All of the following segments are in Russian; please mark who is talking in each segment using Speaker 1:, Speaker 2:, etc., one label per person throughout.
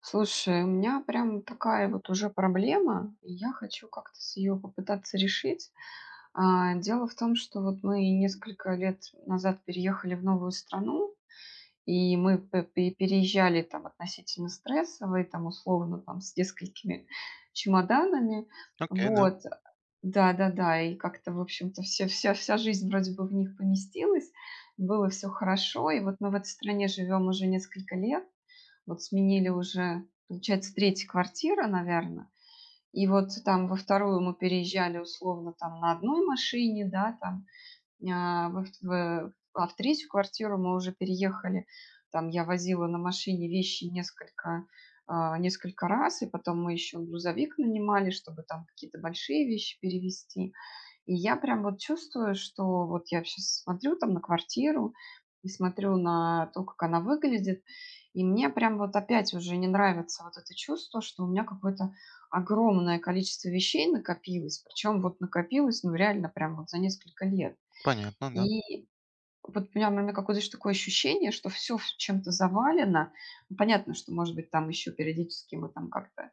Speaker 1: Слушай, у меня прям такая вот уже проблема, и я хочу как-то с ее попытаться решить. Дело в том, что вот мы несколько лет назад переехали в новую страну, и мы переезжали там относительно стрессово, и там условно там с несколькими чемоданами.
Speaker 2: Окей, да,
Speaker 1: Вот, да, да, да, и как-то, в общем-то, все, вся жизнь вроде бы в них поместилась, было все хорошо, и вот мы в этой стране живем уже несколько лет, вот сменили уже, получается, третья квартира, наверное. И вот там во вторую мы переезжали условно там на одной машине, да, там, а, во в- а в третью квартиру мы уже переехали. Там я возила на машине вещи несколько, несколько раз, и потом мы еще грузовик нанимали, чтобы там какие-то большие вещи перевезти. И я прям вот чувствую, что вот я сейчас смотрю там на квартиру и смотрю на то, как она выглядит, и мне прям вот опять уже не нравится вот это чувство, что у меня какое-то огромное количество вещей накопилось, причем вот накопилось, ну, реально прям вот за несколько лет.
Speaker 2: понятно, да.
Speaker 1: И вот прям у меня какое-то ещё такое ощущение, что все чем-то завалено. Ну, понятно, что, может быть, там еще периодически мы там как-то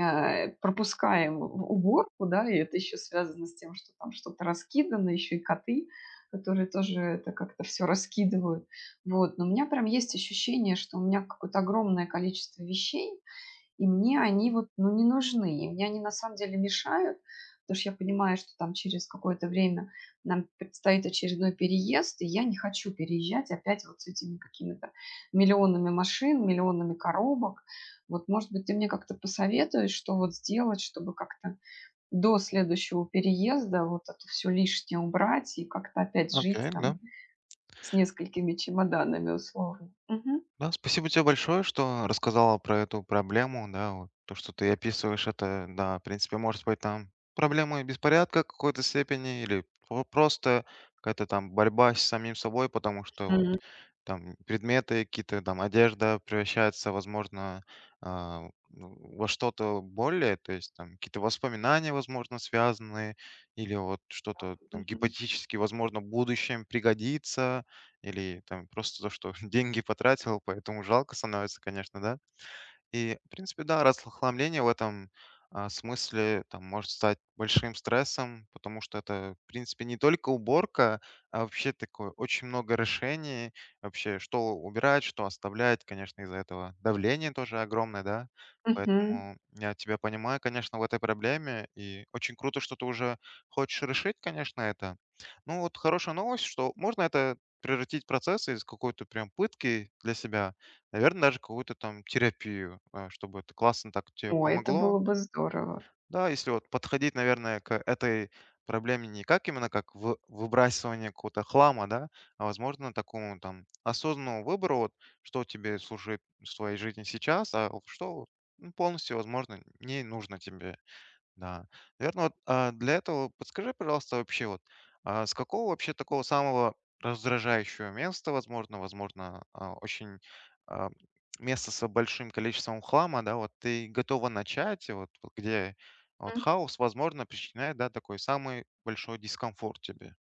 Speaker 1: пропускаем в уборку, да, и это еще связано с тем, что там что-то раскидано, еще и коты, которые тоже это как-то все раскидывают. Вот, но у меня прям есть ощущение, что у меня какое-то огромное количество вещей, и мне они вот, ну, не нужны. И мне они на самом деле мешают, потому что я понимаю, что там через какое-то время нам предстоит очередной переезд, и я не хочу переезжать опять вот с этими какими-то миллионами машин, миллионами коробок. Вот, может быть, ты мне как-то посоветуешь, что вот сделать, чтобы как-то до следующего переезда вот это все лишнее убрать и как-то опять жить
Speaker 2: Окей, да.
Speaker 1: там с несколькими чемоданами условно. Мгм.
Speaker 2: Да, спасибо тебе большое, что рассказала про эту проблему, да, вот то, что ты описываешь, это, да, в принципе, может быть, там проблемы беспорядка какой-то степени или просто какая-то там борьба с самим собой, потому что вот
Speaker 1: Мгм.
Speaker 2: там предметы какие-то, там одежда превращается, возможно, ну, во что-то более, то есть там какие-то воспоминания, возможно, связанные, или вот что-то там
Speaker 1: Мгм.
Speaker 2: гипотетически, возможно, в будущем пригодится, или там просто то, что деньги потратил, поэтому жалко становится, конечно, да. И, в принципе, да, расхламление в этом смысле там, может стать большим стрессом, потому что это, в принципе, не только уборка, а вообще такое очень много решений, вообще что убирать, что оставлять, конечно, из-за этого давление тоже огромное, да,
Speaker 1: Мгм.
Speaker 2: поэтому я тебя понимаю, конечно, в этой проблеме, и очень круто, что ты уже хочешь решить, конечно, это. Ну вот хорошая новость, что можно это превратить в процесс из какой-то прям пытки для себя, наверное, даже какую-то там терапию, чтобы это классно так тебе
Speaker 1: О, это
Speaker 2: помогло.
Speaker 1: было бы здорово.
Speaker 2: Да, если вот подходить, наверное, к этой проблеме не как именно как вы выбрасывание какого-то хлама, да, возможно, такому там осознанному выбору, вот что тебе служит в твоей жизни сейчас, а вот что, ну, полностью, возможно, не нужно тебе. Да. Наверное, вот, для этого подскажи, пожалуйста, вообще вот, с какого вообще такого самого раздражающего места, возможно, а, место с большим количеством хлама, да, вот ты готова начать, и вот где вот
Speaker 1: М.
Speaker 2: хаос, возможно, причиняет, да, такой самый большой дискомфорт тебе.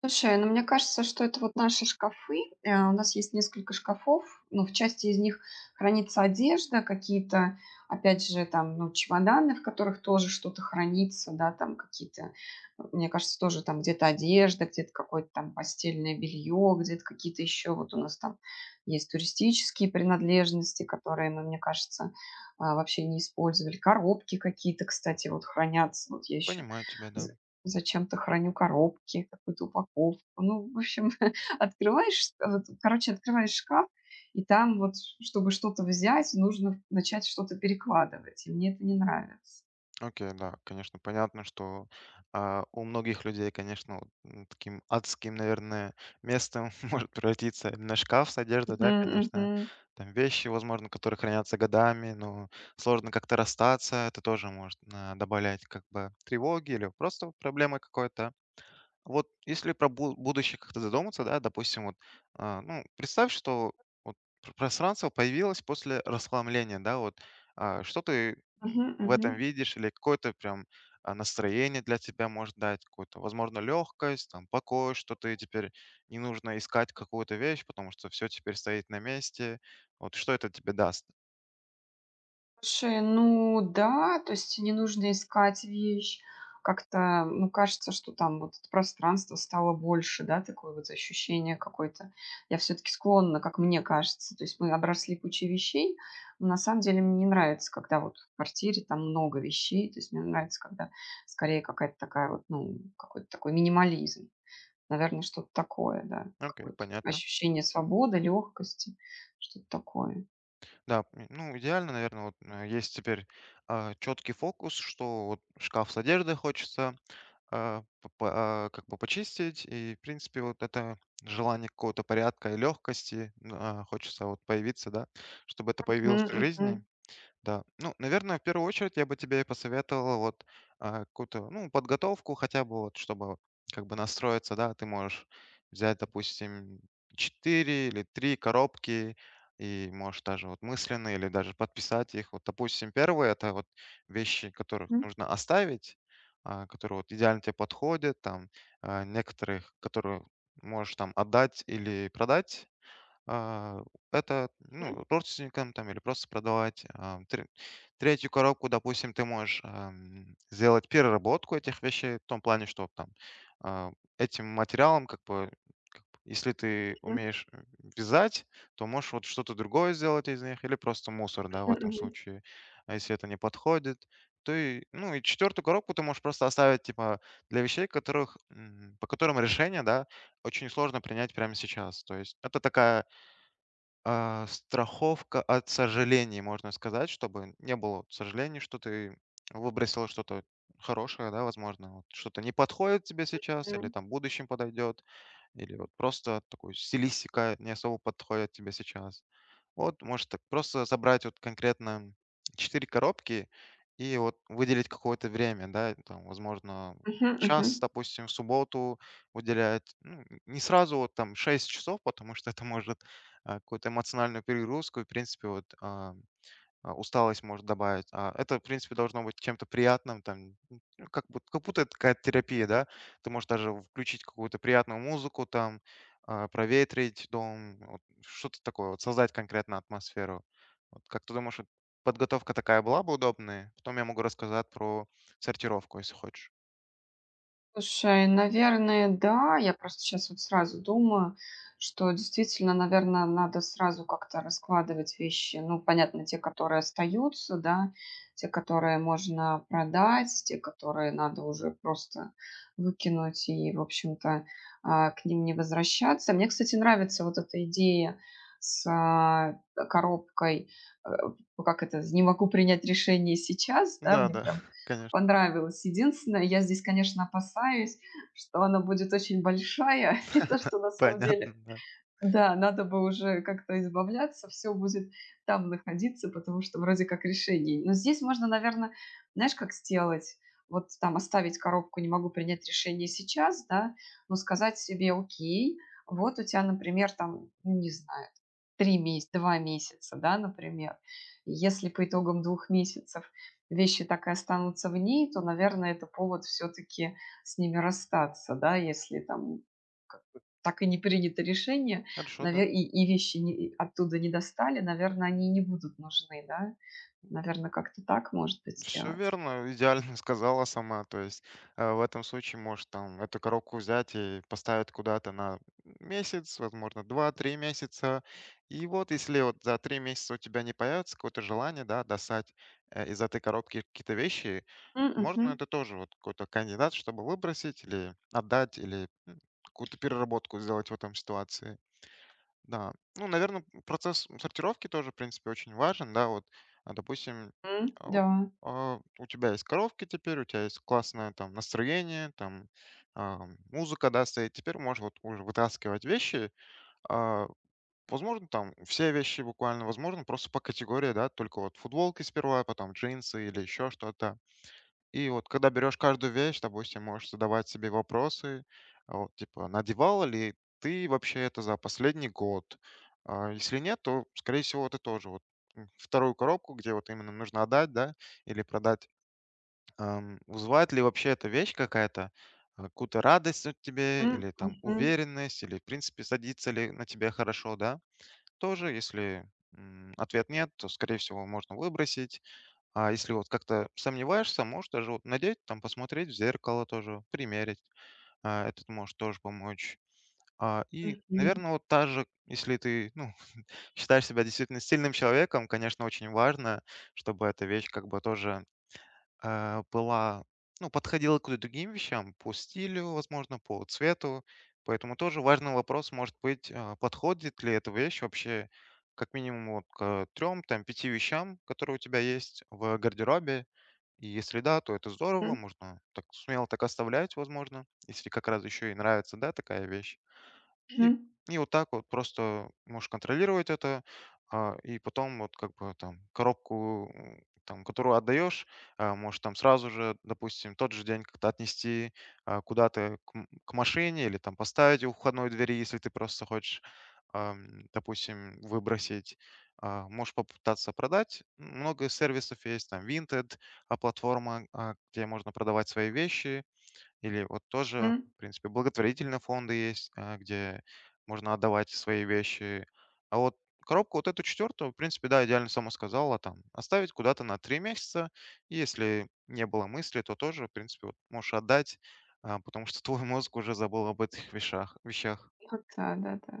Speaker 1: Слушай, ну мне кажется, что это вот наши шкафы. У нас есть несколько шкафов, ну, в части из них хранится одежда, какие-то, опять же, там, ну, чемоданы, в которых тоже что-то хранится, да, там какие-то, мне кажется, тоже там где-то одежда, где-то какое-то там постельное белье, где-то какие-то еще вот у нас там есть туристические принадлежности, которые мы, мне кажется, вообще не использовали. Коробки какие-то, кстати, вот хранятся. Вот я еще
Speaker 2: Понимаю тебя, да.
Speaker 1: зачем-то храню коробки, какую-то упаковку. Ну, в общем, открываешь, вот, короче, открываешь шкаф, и там вот, чтобы что-то взять, нужно начать что-то перекладывать. И мне это не нравится.
Speaker 2: Окей, да, конечно, понятно, что у многих людей, конечно, вот, таким адским, наверное, местом может превратиться именно шкаф с одеждой, да,
Speaker 1: Мгм,
Speaker 2: конечно.
Speaker 1: мгм.
Speaker 2: Там вещи, возможно, которые хранятся годами, но сложно как-то расстаться. Это тоже может добавлять как бы тревоги или просто вот проблемы какой-то. Вот если про бу будущее как-то задуматься, да, допустим, вот, ну, представь, что вот пр пространство появилось после расхламления, да, вот, что ты,
Speaker 1: Мгм,
Speaker 2: в этом
Speaker 1: мгм.
Speaker 2: видишь или какое-то прям, настроение для тебя может дать, какую-то, возможно, легкость, там, покой, что ты теперь не нужно искать какую-то вещь, потому что все теперь стоит на месте. Вот что это тебе даст?
Speaker 1: Слушай, ну да, то есть не нужно искать вещь. Как-то, ну, кажется, что там вот это пространство стало больше, да, такое вот ощущение какое-то. Я все-таки склонна, как мне кажется. То есть мы обросли кучей вещей. Но на самом деле мне не нравится, когда вот в квартире там много вещей. То есть мне нравится, когда скорее какая-то такая вот, ну, какой-то такой минимализм. Наверное, что-то такое, да.
Speaker 2: Окей,
Speaker 1: Какое-то
Speaker 2: понятно.
Speaker 1: ощущение свободы, легкости, что-то такое.
Speaker 2: Да, ну, идеально, наверное, вот, есть теперь, четкий фокус, что вот шкаф с одеждой хочется как бы почистить. И, в принципе, вот это желание какого-то порядка и легкости, ну, хочется вот появиться, да, чтобы это появилось в жизни.
Speaker 1: Мгм.
Speaker 2: Да, ну, наверное, в первую очередь я бы тебе посоветовал вот какую-то, ну, подготовку хотя бы вот, чтобы как бы настроиться, да, ты можешь взять, допустим, 4 или 3 коробки и можешь даже вот мысленно или даже подписать их. Вот, допустим, первые это вот вещи, которых
Speaker 1: Мгм,
Speaker 2: нужно оставить, которые вот идеально тебе подходят, там, некоторых, которые можешь там отдать или продать, а, это,
Speaker 1: мгм,
Speaker 2: ну, родственникам там или просто продавать. Третью коробку, допустим, ты можешь сделать переработку этих вещей в том плане, что там а, этим материалом как бы, если ты
Speaker 1: мгм.
Speaker 2: умеешь вязать, то можешь вот что-то другое сделать из них, или просто мусор, да, в этом
Speaker 1: Мгм,
Speaker 2: случае, а если это не подходит. То и, ну, и четвертую коробку ты можешь просто оставить, типа, для вещей, которых, по которым решение, да, очень сложно принять прямо сейчас. То есть это такая страховка от сожалений, можно сказать, чтобы не было сожалений, что ты выбросила что-то хорошее, да, возможно, вот что-то не подходит тебе сейчас или
Speaker 1: м.
Speaker 2: там в будущем подойдет, или вот просто такой стилистика не особо подходит тебе сейчас. Вот, может, так просто собрать вот конкретно 4 коробки и вот выделить какое-то время, да, там, возможно,
Speaker 1: Мгм,
Speaker 2: час,
Speaker 1: мгм.
Speaker 2: допустим, в субботу уделять, ну, не сразу вот там 6 часов, потому что это может какую-то эмоциональную перегрузку, и, в принципе, вот усталость может добавить. Это, в принципе, должно быть чем-то приятным, там, ну, как будто это какая-то терапия, да. Ты можешь даже включить какую-то приятную музыку, там, проветрить дом, вот что-то такое, вот создать конкретно атмосферу. Вот как ты думаешь, вот подготовка такая была бы удобная? Потом я могу рассказать про сортировку, если хочешь.
Speaker 1: Слушай, наверное, да. Я просто сейчас вот сразу думаю, что действительно, наверное надо сразу как-то раскладывать вещи. Ну, понятно, те, которые остаются, да, те, которые можно продать, те, которые надо уже просто выкинуть и, в общем-то, к ним не возвращаться. Мне, кстати, нравится вот эта идея с, коробкой, э, как это, "не могу принять решение сейчас", да.
Speaker 2: Да,
Speaker 1: Мне
Speaker 2: да,
Speaker 1: прям
Speaker 2: конечно.
Speaker 1: понравилось. Единственное, я здесь, конечно, опасаюсь, что она будет очень большая, и то, что на самом
Speaker 2: Понятно,
Speaker 1: деле
Speaker 2: да.
Speaker 1: да, надо бы уже как-то избавляться, все будет там находиться, потому что вроде как решение. Но здесь можно, наверное, знаешь, как сделать? Вот там оставить коробку, не могу принять решение сейчас, да, но сказать себе, окей, вот у тебя, например, там, ну, не знаю, 3 месяца, 2 месяца, да, например. Если по итогам двух месяцев вещи так и останутся в ней, то, наверное, это повод все-таки с ними расстаться, да, если там как бы так и не принято решение,
Speaker 2: Хорошо, да.
Speaker 1: Навер и вещи не оттуда не достали, наверно, они не будут нужны, да? Наверно, как-то так, может быть,
Speaker 2: Все
Speaker 1: сделать.
Speaker 2: верно, идеально сказала сама. То есть, в этом случае можешь там эту коробку взять и поставить куда-то на месяц, возможно, 2-3 месяца. И вот если вот за 3 месяца у тебя не появится какое-то желание, да, достать, из этой коробки какие-то вещи,
Speaker 1: М,
Speaker 2: возможно,
Speaker 1: мгм,
Speaker 2: это тоже вот какой-то кандидат, чтобы выбросить или отдать, или, какую-то переработку сделать в этом ситуации. Да, ну, наверное, процесс сортировки тоже, в принципе, очень важен, да. Вот, допустим,
Speaker 1: м,
Speaker 2: вот,
Speaker 1: да.
Speaker 2: у тебя есть коровки теперь, у тебя есть классное там настроение, там, музыка, да, стоит. Теперь можешь вот уже вытаскивать вещи. А, возможно, там все вещи буквально, возможно, просто по категории, да, только вот футболки сперва, потом джинсы или еще что-то. И вот когда берешь каждую вещь, допустим, можешь задавать себе вопросы, вот, типа, надевала ли ты вообще это за последний год? Если нет, то, скорее всего, ты тоже вот вторую коробку, где вот именно нужно отдать, да, или продать. Вызывает ли вообще эта вещь какая-то какую-то радость от тебе,
Speaker 1: М,
Speaker 2: или там
Speaker 1: мгм,
Speaker 2: уверенность, или, в принципе, садится ли на тебя хорошо, да? Тоже, если ответ нет, то, скорее всего, можно выбросить. А если вот как-то сомневаешься, можешь даже вот надеть, там, посмотреть в зеркало тоже, примерить. Это может тоже помочь. И,
Speaker 1: мгм,
Speaker 2: наверное, вот та же, если ты, ну, считаешь себя действительно сильным человеком, конечно, очень важно, чтобы эта вещь как бы тоже была, ну, подходила к другим вещам по стилю, возможно, по цвету. Поэтому тоже важный вопрос может быть, подходит ли эта вещь вообще как минимум вот к трем, там, пяти вещам, которые у тебя есть в гардеробе, и если да, то это здорово,
Speaker 1: м,
Speaker 2: можно так смело так оставлять, возможно, если как раз еще и нравится, да, такая вещь. И,
Speaker 1: мгм,
Speaker 2: и вот так вот просто можешь контролировать это, и потом вот как бы там коробку, там, которую отдаешь, можешь там сразу же, допустим, тот же день как-то отнести куда-то к машине или там поставить у входной двери, если ты просто хочешь, допустим, выбросить. Можешь попытаться продать. Много сервисов есть, там Vinted, платформа, где можно продавать свои вещи, или вот тоже, в принципе, благотворительные фонды есть, где можно отдавать свои вещи. А вот коробку вот эту четвертую, в принципе, да, идеально сама сказала, там, оставить куда-то на 3 месяца. И если не было мысли, то тоже, в принципе, вот можешь отдать, потому что твой мозг уже забыл об этих вещах.
Speaker 1: вот да, да-да.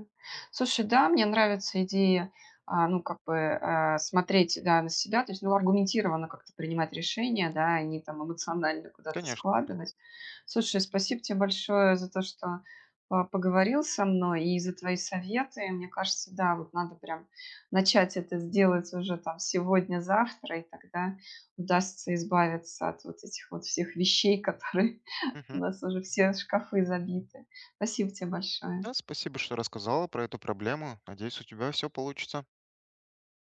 Speaker 1: Слушай, да, мне нравится идея, ну, как бы, смотреть, да, на себя, то есть, ну, аргументированно как-то принимать решения, да, а не там эмоционально куда-то
Speaker 2: Конечно. Да.
Speaker 1: складывать. Слушай, спасибо тебе большое за то, что поговорил со мной и за твои советы. Мне кажется, да, вот надо прям начать это сделать уже там сегодня, завтра, и тогда удастся избавиться от вот этих вот всех вещей, которые у
Speaker 2: Мгм.
Speaker 1: нас уже все шкафы забиты. Спасибо тебе большое.
Speaker 2: Да, спасибо, что рассказала про эту проблему. Надеюсь, у тебя все получится.